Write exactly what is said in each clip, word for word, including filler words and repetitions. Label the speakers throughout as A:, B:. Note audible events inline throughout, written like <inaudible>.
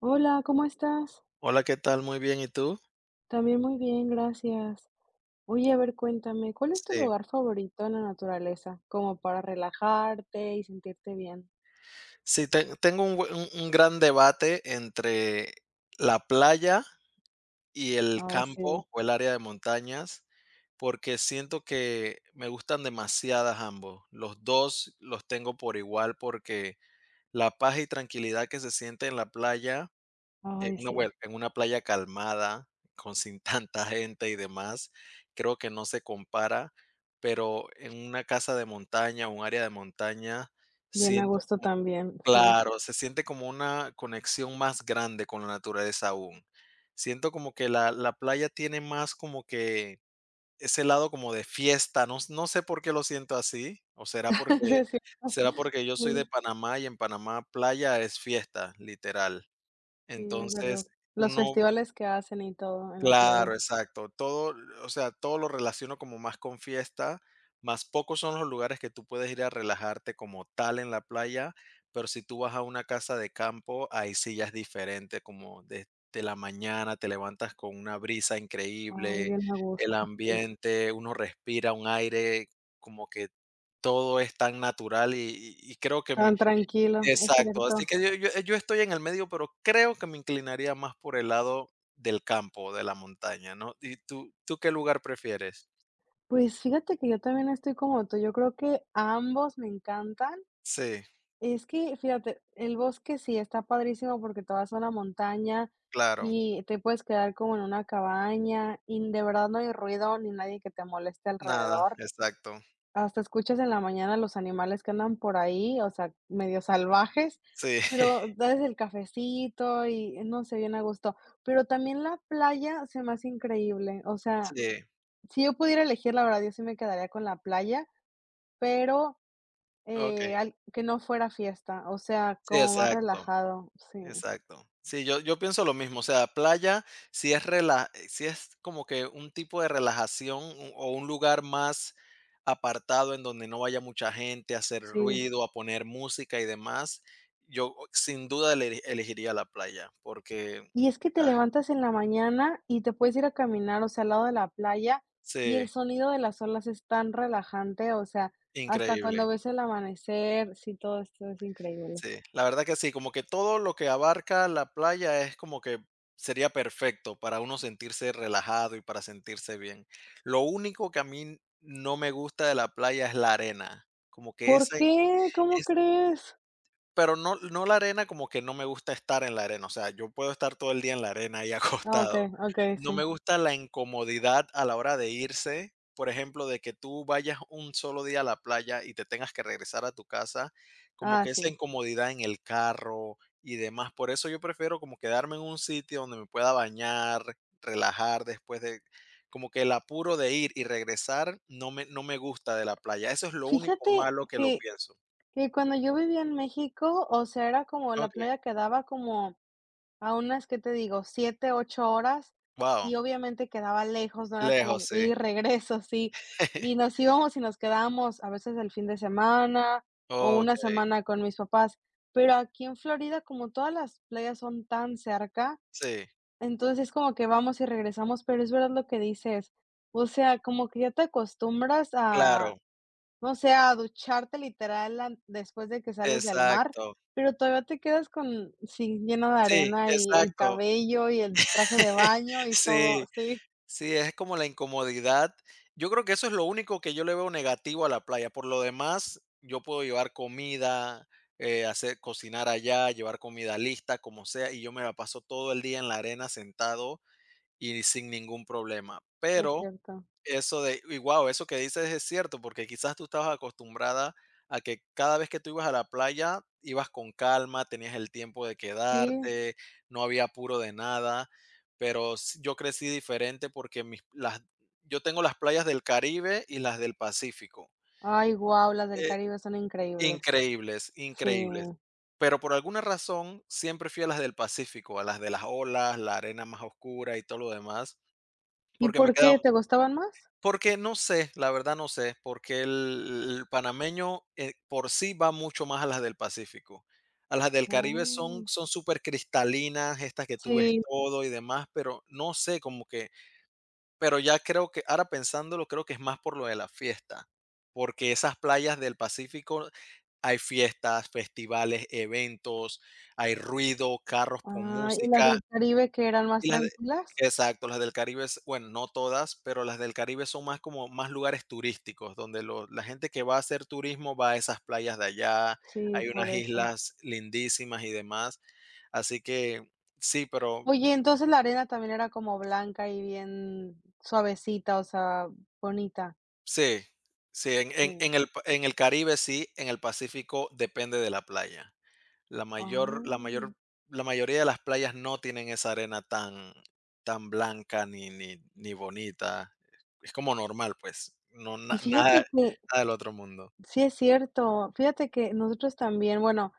A: Hola, ¿cómo estás?
B: Hola, ¿qué tal? Muy bien, ¿y tú?
A: También muy bien, gracias. Oye, a ver, cuéntame, ¿cuál es tu
B: Sí.
A: lugar favorito en la naturaleza? Como para relajarte y sentirte bien.
B: Sí, ten tengo un bue un un gran debate entre la playa y el
A: Ay, sí,
B: campo o el área de montañas, porque siento que me gustan demasiadas ambos. Los dos los tengo por igual, porque la paz y tranquilidad que se siente en la playa. En
A: ay,
B: una
A: sí.
B: hue en una playa calmada, con sin <laughs> tanta gente y demás, creo que no se compara, pero en una casa de montaña, un área de montaña,
A: Bien a
B: siento.
A: gusto también, sí.
B: Claro, se siente como una conexión más grande con la naturaleza aún. Siento como que la la playa tiene más como que ese lado como de fiesta, no s no sé por qué lo siento así, o será
A: <laughs>
B: porque
A: Sí, sí.
B: será porque yo soy de
A: Sí,
B: Panamá y en Panamá playa es fiesta, literal.
A: sí, es verdad.
B: Entonces,
A: Los
B: uno.
A: festivales que hacen y todo en la playa.
B: Claro, exacto. Todo, o sea, todo lo relaciono como más con fiesta, más pocos son los lugares que tú puedes ir a relajarte como tal en la playa, pero si tú vas a una casa de campo, ahí sí ya es diferente, como desde la mañana te levantas con una brisa
A: Ay,
B: increíble,
A: bien a
B: el
A: gusto, sí.
B: ambiente, uno respira un aire, como que todo es tan natural y, y- y creo que me.
A: Tan tranquilo, es
B: Exacto, así
A: cierto.
B: que yo yo eh, yo estoy en el medio, pero creo que me inclinaría más por el lado del campo, de la montaña, ¿no? ¿Y tú tú qué lugar prefieres?
A: Pues fíjate que yo también estoy como tú, yo creo que ambos me encantan.
B: Sí,
A: Es que, fíjate, el bosque sí está padrísimo porque te vas a una montaña
B: claro,
A: y te puedes quedar como en una cabaña y de verdad no hay ruido ni nadie que te moleste
B: nada,
A: alrededor.
B: exacto.
A: Hasta escuchas en la mañana los animales que andan por ahí, o sea, medio salvajes,
B: Sí,
A: pero
B: <laughs>
A: desde el cafecito y eh, no sé, bien a gusto. Pero también la playa se me hace increíble. O sea,
B: sí,
A: si yo pudiera elegir, la verdad, yo sí me quedaría con la playa, pero eh,
B: okey,
A: al que no fuera fiesta, o sea,
B: sí,
A: como más
B: exacto.
A: relajado, sí,
B: Exacto. Sí, yo, yo pienso lo mismo. O sea, playa, si es rela, si es como que un tipo de relajación u- o un lugar más apartado en donde no vaya mucha gente a hacer
A: sí.
B: ruido, a poner música y demás, yo sin duda ele- elegiría la playa, porque.
A: Y es que te
B: Ah,
A: levantas en la mañana y te puedes ir a caminar, o sea, al lado de la playa, y el
B: sí,
A: sonido de las olas es tan relajante, o sea, hasta cuando
B: increíble.
A: ves el amanecer, sí, todo esto es increíble.
B: Sí, la verdad que sí, como que todo lo que abarca la playa es como que sería perfecto para uno sentirse relajado y para sentirse bien. Lo único que a mí no me gusta de la playa es la arena, como que
A: ¿Por
B: esa.
A: qué? ¿Cómo crees?
B: Pero no no la arena, como que no me gusta estar en la arena, o sea, yo puedo estar todo el día en la arena ahí <laughs>
A: Ah, okey,
B: acostado.
A: okey, sí.
B: No me gusta la incomodidad a la hora de irse, por ejemplo, de que tú vayas un solo día a la playa y te tengas que regresar a tu casa, como
A: Ah,
B: que esa
A: sí.
B: incomodidad en el carro y demás. Por eso yo prefiero como quedarme en un sitio donde me pueda bañar, relajar después de, como que el apuro de ir y regresar no me no me gusta de la playa. Eso es lo único
A: Fíjate
B: malo que lo
A: que
B: pienso.
A: que cuando yo vivía en México, o sea, era como la
B: Okey.
A: playa quedaba como a unas, ¿qué te digo? siete u ocho horas, y
B: Wow.
A: obviamente quedaba lejos, no era como
B: Lejos,
A: ir
B: sí.
A: y regreso, sí. Y
B: <laughs>
A: nos íbamos y nos quedábamos a veces el fin de semana o una
B: Okey,
A: semana con mis papás. Pero aquí en Florida, como todas las playas son tan cerca,
B: sí,
A: entonces es como que vamos y regresamos, pero es verdad lo que dices. O sea, como que ya te acostumbras a
B: claro,
A: o sea, ducharte literal an después de que sales del mar,
B: exacto.
A: pero todavía te quedas con sí, lleno de
B: Sí,
A: arena y el
B: exacto.
A: cabello y el traje de
B: <laughs>
A: baño y todo.
B: Sí,
A: Sí,
B: sí, es como la incomodidad. Yo creo que eso es lo único que yo le veo negativo a la playa. Por lo demás, yo puedo llevar comida, eh, hacer cocinar allá, llevar comida lista, como sea, y yo me la paso todo el día en la arena sentado y sin ningún problema.
A: es
B: Pero.
A: cierto.
B: Eso de, y guau, eso que dices es cierto, porque quizás tú estabas acostumbrada a que cada vez que tú ibas a la playa, ibas con calma, tenías el tiempo de
A: Sí.
B: quedarte, no había apuro de nada, pero s yo crecí diferente porque mis las yo tengo las playas del Caribe y las del Pacífico,
A: Ay, guau, las del
B: eh,
A: Caribe son increíbles.
B: increíbles,
A: Sí.
B: increíbles. Pero por alguna razón, siempre fui a las del Pacífico, a las de las olas, la arena más oscura y todo lo demás,
A: ¿Y
B: porque me
A: por
B: queda.
A: qué? ¿Te gustaban más?
B: Porque no sé, la verdad no sé, porque el el panameño, eh, por sí va mucho más a las del Pacífico. A las del Caribe son
A: Oh,
B: son súper cristalinas estas que tú ves
A: sí.
B: todo y demás, pero no sé, como que. Pero ya creo que ahora pensándolo, creo que es más por lo de la fiesta, porque esas playas del Pacífico hay fiestas, festivales, eventos, hay ruido, carros con
A: Ah, ¿y las
B: música.
A: del Caribe que eran más
B: Y las de.
A: tranquilas?
B: Exacto, las del Caribe s bueno, no todas, pero las del Caribe son más como más lugares turísticos, donde lo la gente que va a hacer turismo va a esas playas de allá,
A: Sí,
B: hay
A: por
B: unas
A: eso.
B: islas lindísimas y demás. Así que sí, pero
A: Oye, entonces la arena también era como blanca y bien suavecita, o sea, bonita.
B: sí, sí, en
A: Sí.
B: en en el pa- en el Caribe sí, en el Pacífico depende de la playa. La mayor la mayor
A: Ah,
B: la mayoría de las playas no tienen esa arena tan tan blanca ni ni ni bonita. Es como normal, pues, no
A: y
B: na
A: fíjate
B: nada
A: que
B: nada del otro mundo.
A: sí es cierto, fíjate que nosotros también, bueno,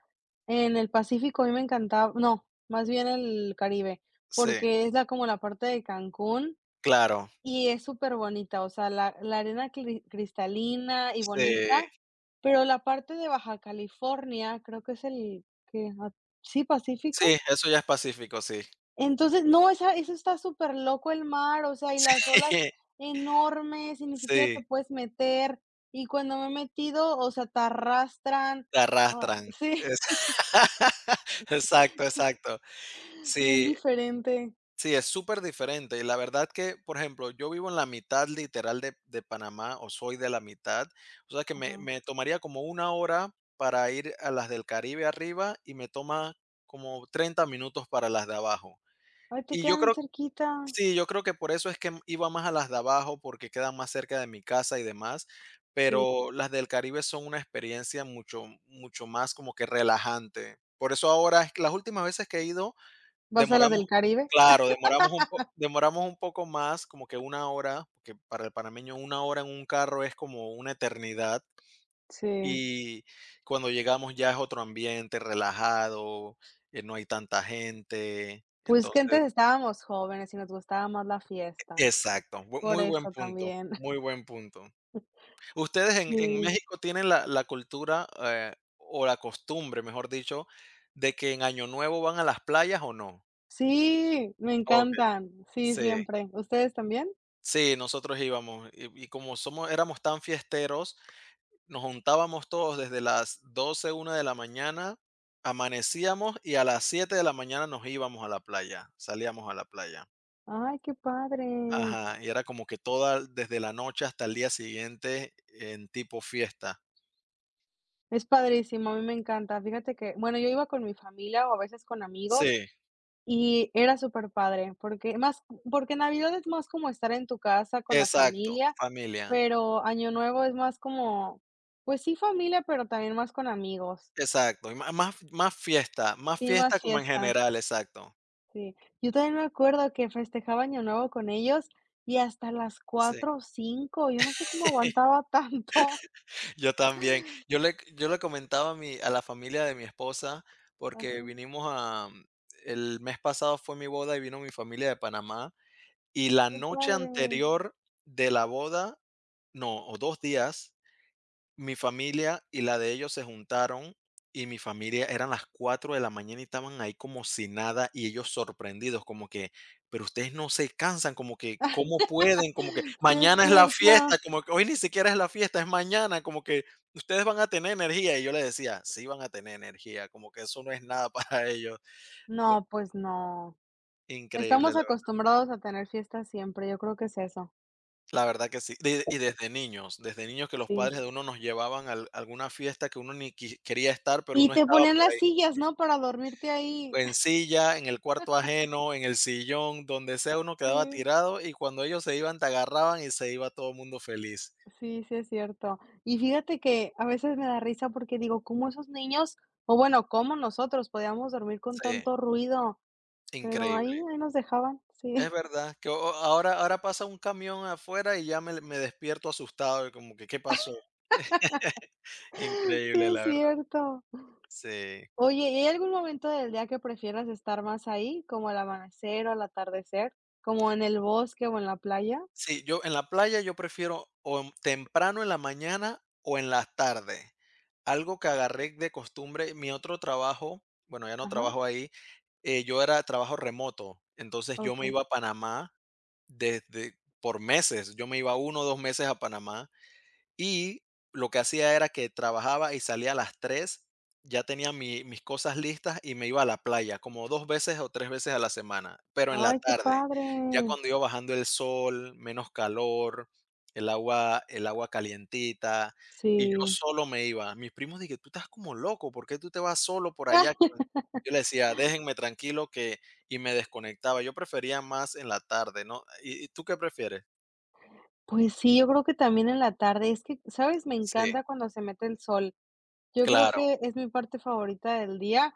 A: en el Pacífico a mí me encantaba, no, más bien el Caribe,
B: Sí,
A: porque es la como la parte de Cancún
B: claro.
A: y es superbonita, o sea, la la arena cri- cristalina y
B: Sí,
A: bonita, pero la parte de Baja California, creo que es el que ah, sí,
B: sí,
A: Pacífico.
B: eso ya es pacífico, sí.
A: Entonces, no, esa eso está súper loco el mar, o sea, y las olas
B: <laughs>
A: enormes, y ni siquiera te
B: Sí,
A: puedes meter, y cuando me he metido, o sea, te arrastran.
B: te
A: Ay,
B: arrastran.
A: sí,
B: Es <laughs> exacto, exacto.
A: <laughs> bien
B: Sí.
A: diferente.
B: Sí, es súper diferente. Y la verdad que, por ejemplo, yo vivo en la mitad literal de, de Panamá o soy de la mitad. O sea que me,
A: Ajá.
B: me tomaría como una hora para ir a las del Caribe arriba y me toma como treinta minutos para las de abajo.
A: Ay, te
B: Y
A: queda
B: yo
A: bien
B: creo,
A: cerquita.
B: sí, yo creo que por eso es que iba más a las de abajo porque quedan más cerca de mi casa y demás.
A: Sí.
B: Pero las del Caribe son una experiencia mucho, mucho más como que relajante. Por eso ahora, es que las últimas veces que he ido.
A: ¿Vas a las
B: Demoramos,
A: del Caribe?
B: claro, demoramos un po demoramos un poco más, como que una hora, que para el panameño una hora en un carro es como una eternidad,
A: Sí.
B: y cuando llegamos ya es otro ambiente relajado, eh, no hay tanta gente,
A: Pues, que
B: entonces.
A: antes estábamos jóvenes y nos gustaba más la fiesta,
B: Exacto, bu
A: por
B: muy buen
A: eso
B: punto,
A: también. <laughs>
B: muy buen punto. ¿Ustedes en en
A: Sí.
B: México tienen la la cultura, eh, o la costumbre, mejor dicho, de que en Año Nuevo van a las playas o no?
A: Sí, me
B: Okey,
A: encantan. Sí,
B: sí.
A: siempre. ¿Ustedes también?
B: Sí, nosotros íbamos y y como somos éramos tan fiesteros, nos juntábamos todos desde las doce una de la mañana, amanecíamos y a las siete de la mañana nos íbamos a la playa, salíamos a la playa.
A: Ay, qué padre.
B: Ajá, y era como que toda desde la noche hasta el día siguiente en tipo fiesta.
A: Es padrísimo, a mí me encanta. Fíjate que, bueno, yo iba con mi familia o a veces con amigos
B: Sí,
A: y era superpadre, porque más porque Navidad es más como estar en tu casa con la
B: exacto,
A: familia,
B: familia,
A: pero Año Nuevo es más como, pues sí familia, pero también más con amigos,
B: exacto, y má más más fiesta, más
A: sí,
B: fiesta
A: más
B: como en
A: fiesta,
B: general, exacto.
A: sí. Yo también me acuerdo que festejaba Año Nuevo con ellos y hasta las
B: Sí.
A: cuatro o cinco yo no sé cómo aguantaba <laughs> tanto.
B: Yo también. Yo le yo le comentaba a mi a la familia de mi esposa, porque
A: Ajá,
B: vinimos a mm, el mes pasado fue mi boda y vino mi familia de Panamá, y la
A: qué
B: noche
A: padre.
B: anterior de la boda, no, o dos días, mi familia y la de ellos se juntaron, y mi familia eran las cuatro de la mañana y estaban ahí como si nada, y ellos sorprendidos, como que: "Pero ustedes no se cansan", como que: "¿Cómo pueden?", como que:
A: <laughs> Sí, es
B: "Mañana es la
A: cierto.
B: fiesta", como que: "Hoy ni siquiera es la fiesta, es mañana", como que: "Ustedes van a tener energía", y yo les decía: "Sí van a tener energía", como que eso no es nada <laughs> para ellos, por
A: No, pues no.
B: increíble,
A: Estamos
B: la ver
A: acostumbrados a tener fiestas siempre, yo creo que es eso,
B: la verdad que sí. De y desde niños, desde niños que los
A: sí.
B: padres de uno nos llevaban a al alguna fiesta que uno ni qui quería estar, pero
A: Y
B: uno
A: te
B: estaba
A: ponían
B: por
A: las
B: ahí.
A: sillas, ¿no?, para dormirte ahí.
B: En
A: <laughs>
B: silla, en el cuarto ajeno, en el sillón, donde sea uno quedaba
A: Sí.
B: tirado y cuando ellos se iban te agarraban y se iba todo el mundo feliz.
A: Sí, sí es cierto. Y fíjate que a veces me da risa porque digo, ¿cómo esos niños? O bueno, cómo nosotros podíamos dormir con
B: Sí,
A: tanto ruido, pero
B: increíble.
A: ahí ahí nos dejaban.
B: Es
A: Sí,
B: verdad que o o ahora ahora pasa un camión afuera y ya me me despierto asustado, y como que, ¿qué pasó? <laughs>
A: <laughs> sí
B: Increíble,
A: es
B: la verdad.
A: cierto.
B: Sí.
A: Oye, ¿y hay algún momento del día que prefieras estar más ahí, como el amanecer o el atardecer, como en el bosque o en la playa?
B: Sí, yo en la playa yo prefiero o en temprano en la mañana o en las tardes. Algo que agarré de costumbre, mi otro trabajo, bueno, ya no
A: Ajá,
B: trabajo ahí, eh, yo era trabajo remoto, entonces yo me
A: okey.
B: iba a Panamá desde por meses, yo me iba uno o dos meses a Panamá y lo que hacía era que trabajaba y salía a las tres, ya tenía mi mis cosas listas y me iba a la playa, como dos veces o tres veces a la semana, pero en la
A: Ay, qué
B: tarde,
A: padre.
B: ya cuando iba bajando el sol, menos calor, el agua el agua calientita, y yo
A: Sí.
B: solo me iba. Mis primos de "Tú estás como loco, ¿por qué tú te vas solo por
A: Ah,
B: allá?". Yo le decía: "Déjenme tranquilo que", y me desconectaba. Yo prefería más en la tarde, ¿no? ¿Y y tú qué prefieres?
A: pues sí, yo creo que también en la tarde. Es que, ¿sabes? Me
B: Sí,
A: encanta cuando se mete el sol. Yo creo
B: claro,
A: que es mi parte favorita del día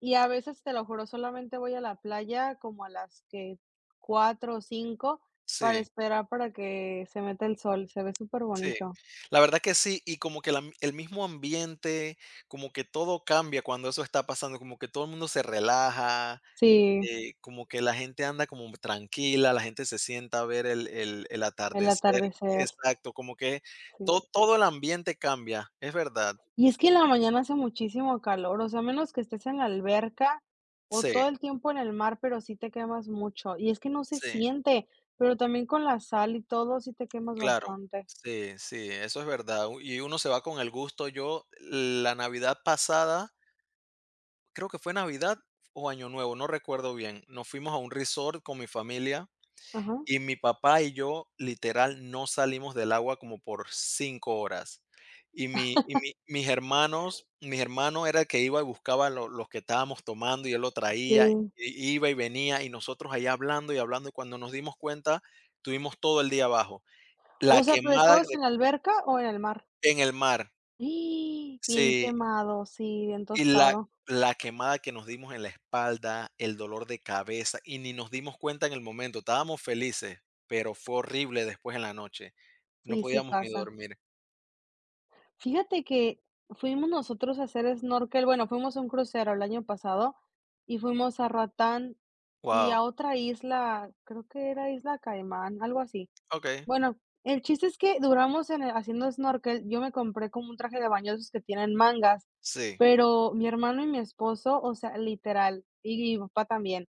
A: y a veces, te lo juro, solamente voy a la playa como a las que cuatro o cinco para
B: sí.
A: esperar para que se meta el sol. Se ve súper
B: Sí,
A: bonito.
B: la verdad que sí, y como que la m el mismo ambiente, como que todo cambia cuando eso está pasando, como que todo el mundo se relaja,
A: Sí,
B: eh, como que la gente anda como tranquila, la gente se sienta a ver el el el
A: el
B: atardecer.
A: atardecer,
B: Exacto, como que
A: sí.
B: to todo el ambiente cambia, es verdad.
A: Y es que en la mañana hace muchísimo calor, o sea, a menos que estés en la alberca o
B: Sí,
A: todo el tiempo en el mar, pero sí te quemas mucho. Y es que no se
B: sí,
A: siente, pero también con la sal y todo, sí te quemas
B: claro.
A: bastante.
B: Sí, sí, eso es verdad, u- y uno se va con el gusto. Yo la Navidad pasada, creo que fue Navidad o Año Nuevo, no recuerdo bien. Nos fuimos a un resort con mi familia
A: Ajá.
B: y mi papá y yo literal no salimos del agua como por cinco horas. Y, mi, y mi- mis hermanos, mis hermano era el que iba y buscaba lo- los que estábamos tomando y él lo traía,
A: Sí.
B: y iba y venía y nosotros ahí hablando y hablando y cuando nos dimos cuenta, tuvimos todo el día abajo. La
A: O sea, ¿pero
B: quemada
A: estabas
B: de-.
A: en la alberca o en el mar?
B: En el mar.
A: <gasps> ¡Ah! Bien
B: Sí.
A: quemado, sí, bien
B: Y la
A: tostado.
B: la quemada que nos dimos en la espalda, el dolor de cabeza, y ni nos dimos cuenta en el momento. Estábamos felices, pero fue horrible después en la noche. No
A: Sí, sí
B: podíamos ni
A: pasa.
B: dormir.
A: Fíjate que fuimos nosotros a hacer snorkel, bueno, fuimos a un crucero el año pasado y fuimos a Ratán y a
B: Guau,
A: otra isla, creo que era Isla Caimán, algo así.
B: okey,
A: Bueno, el chiste es que duramos en el- haciendo snorkel, yo me compré como un traje de baño de esos que tienen mangas,
B: sí,
A: pero mi hermano y mi esposo, o sea, literal, y mi papá también,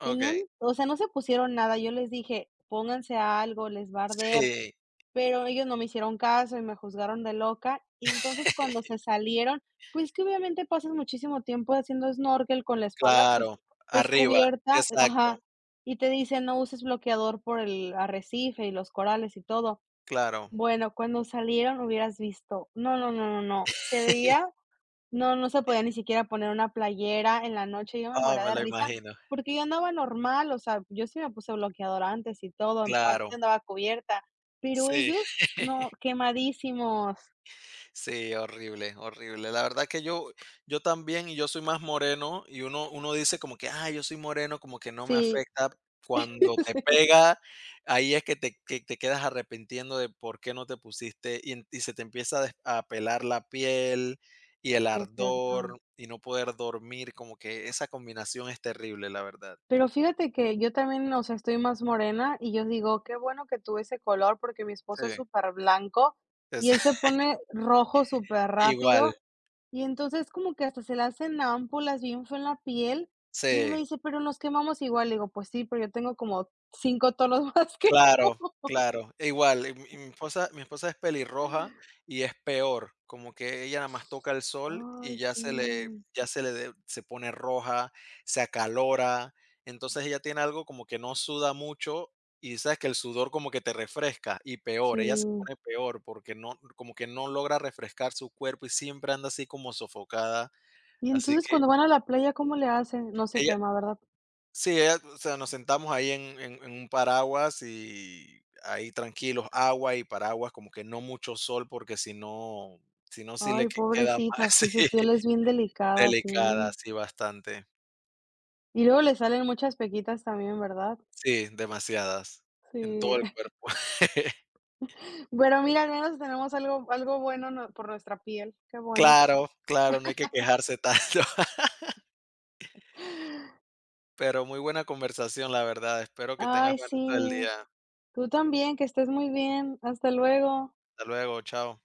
B: okey,
A: tenían, o sea, no se pusieron nada, yo les dije, pónganse algo, les va a arder.
B: sí,
A: Pero ellos no me hicieron caso y me juzgaron de loca, y entonces cuando
B: <laughs>
A: se salieron, pues, que obviamente pasas muchísimo tiempo haciendo snorkel con la espalda, pues,
B: claro, arriba,
A: descubierta
B: exacto,
A: ajá, y te dicen: "No uses bloqueador por el arrecife y los corales y todo".
B: claro.
A: Bueno, cuando salieron hubieras visto, no, no, no, no, no, se veía no, no se podía ni siquiera poner una playera en la noche, yo me
B: Ah,
A: moría
B: me
A: de
B: lo
A: risa,
B: imagino,
A: porque yo andaba normal, o sea, yo sí me puse bloqueador antes y todo, en parte
B: claro,
A: andaba cubierta, pero
B: sí.
A: ellos no, quemadísimos.
B: Sí, horrible, horrible. La verdad que yo, yo también, y yo soy más moreno, y uno, uno dice como que, ah, yo soy moreno, como que no me
A: Sí,
B: afecta.
A: <laughs> sí,
B: Cuando te
A: sí
B: pega, ahí es que te, que te quedas arrepintiendo de por qué no te pusiste, y, en- y se te empieza a, des- a pelar la piel y el
A: es cierto.
B: ardor y no poder dormir, como que esa combinación es terrible, la verdad.
A: Pero fíjate que yo también, o sea, estoy más morena y yo digo, qué bueno que tuve ese color porque mi esposo es
B: Sí.
A: súper blanco y
B: Es
A: él se
B: <laughs>
A: pone rojo súper rápido.
B: igual,
A: Y entonces como que hasta se le hacen ámpulas bien feo en la piel, y él me
B: sí.
A: dice: "Pero nos quemamos igual", le digo: "Pues sí, pero yo tengo como cinco tonos <laughs> más que".
B: Claro, claro. E igual, y mi y mi esposa mi esposa es pelirroja y es peor, como que ella nada más toca el sol y
A: Ay,
B: ya
A: sí,
B: se le ya se le de se pone roja, se acalora. Entonces, ella tiene algo como que no suda mucho y sabes que el sudor como que te refresca, y peor, ella se
A: sí.
B: pone peor porque no como que no logra refrescar su cuerpo y siempre anda así como sofocada.
A: Y
B: Así
A: entonces
B: que
A: cuando van a la playa, ¿cómo le hacen? No se
B: ella.
A: quema, ¿verdad?
B: Sí, ella, o sea, nos sentamos ahí en en en un paraguas y ahí tranquilos, agua y paraguas, como que no mucho sol, porque si no si no, sí le
A: Ay,
B: que queda mal
A: pobrecita,
B: <laughs> sí,
A: sí, su piel es bien delicada, sí.
B: delicada, sí, bastante.
A: Y luego le salen muchas pequitas también, ¿verdad?
B: Sí, demasiadas, en todo
A: Sí.
B: el
A: <laughs>
B: cuerpo. <laughs>
A: Pero mira, al menos tenemos algo algo bueno no por nuestra piel, qué bueno.
B: Claro, claro, no hay que quejarse tanto. <laughs> Pero muy buena conversación, la verdad. Espero que tengas
A: Ay,
B: buen resto del
A: sí.
B: día.
A: Tú también, que estés muy bien. Hasta luego.
B: Hasta luego, chao.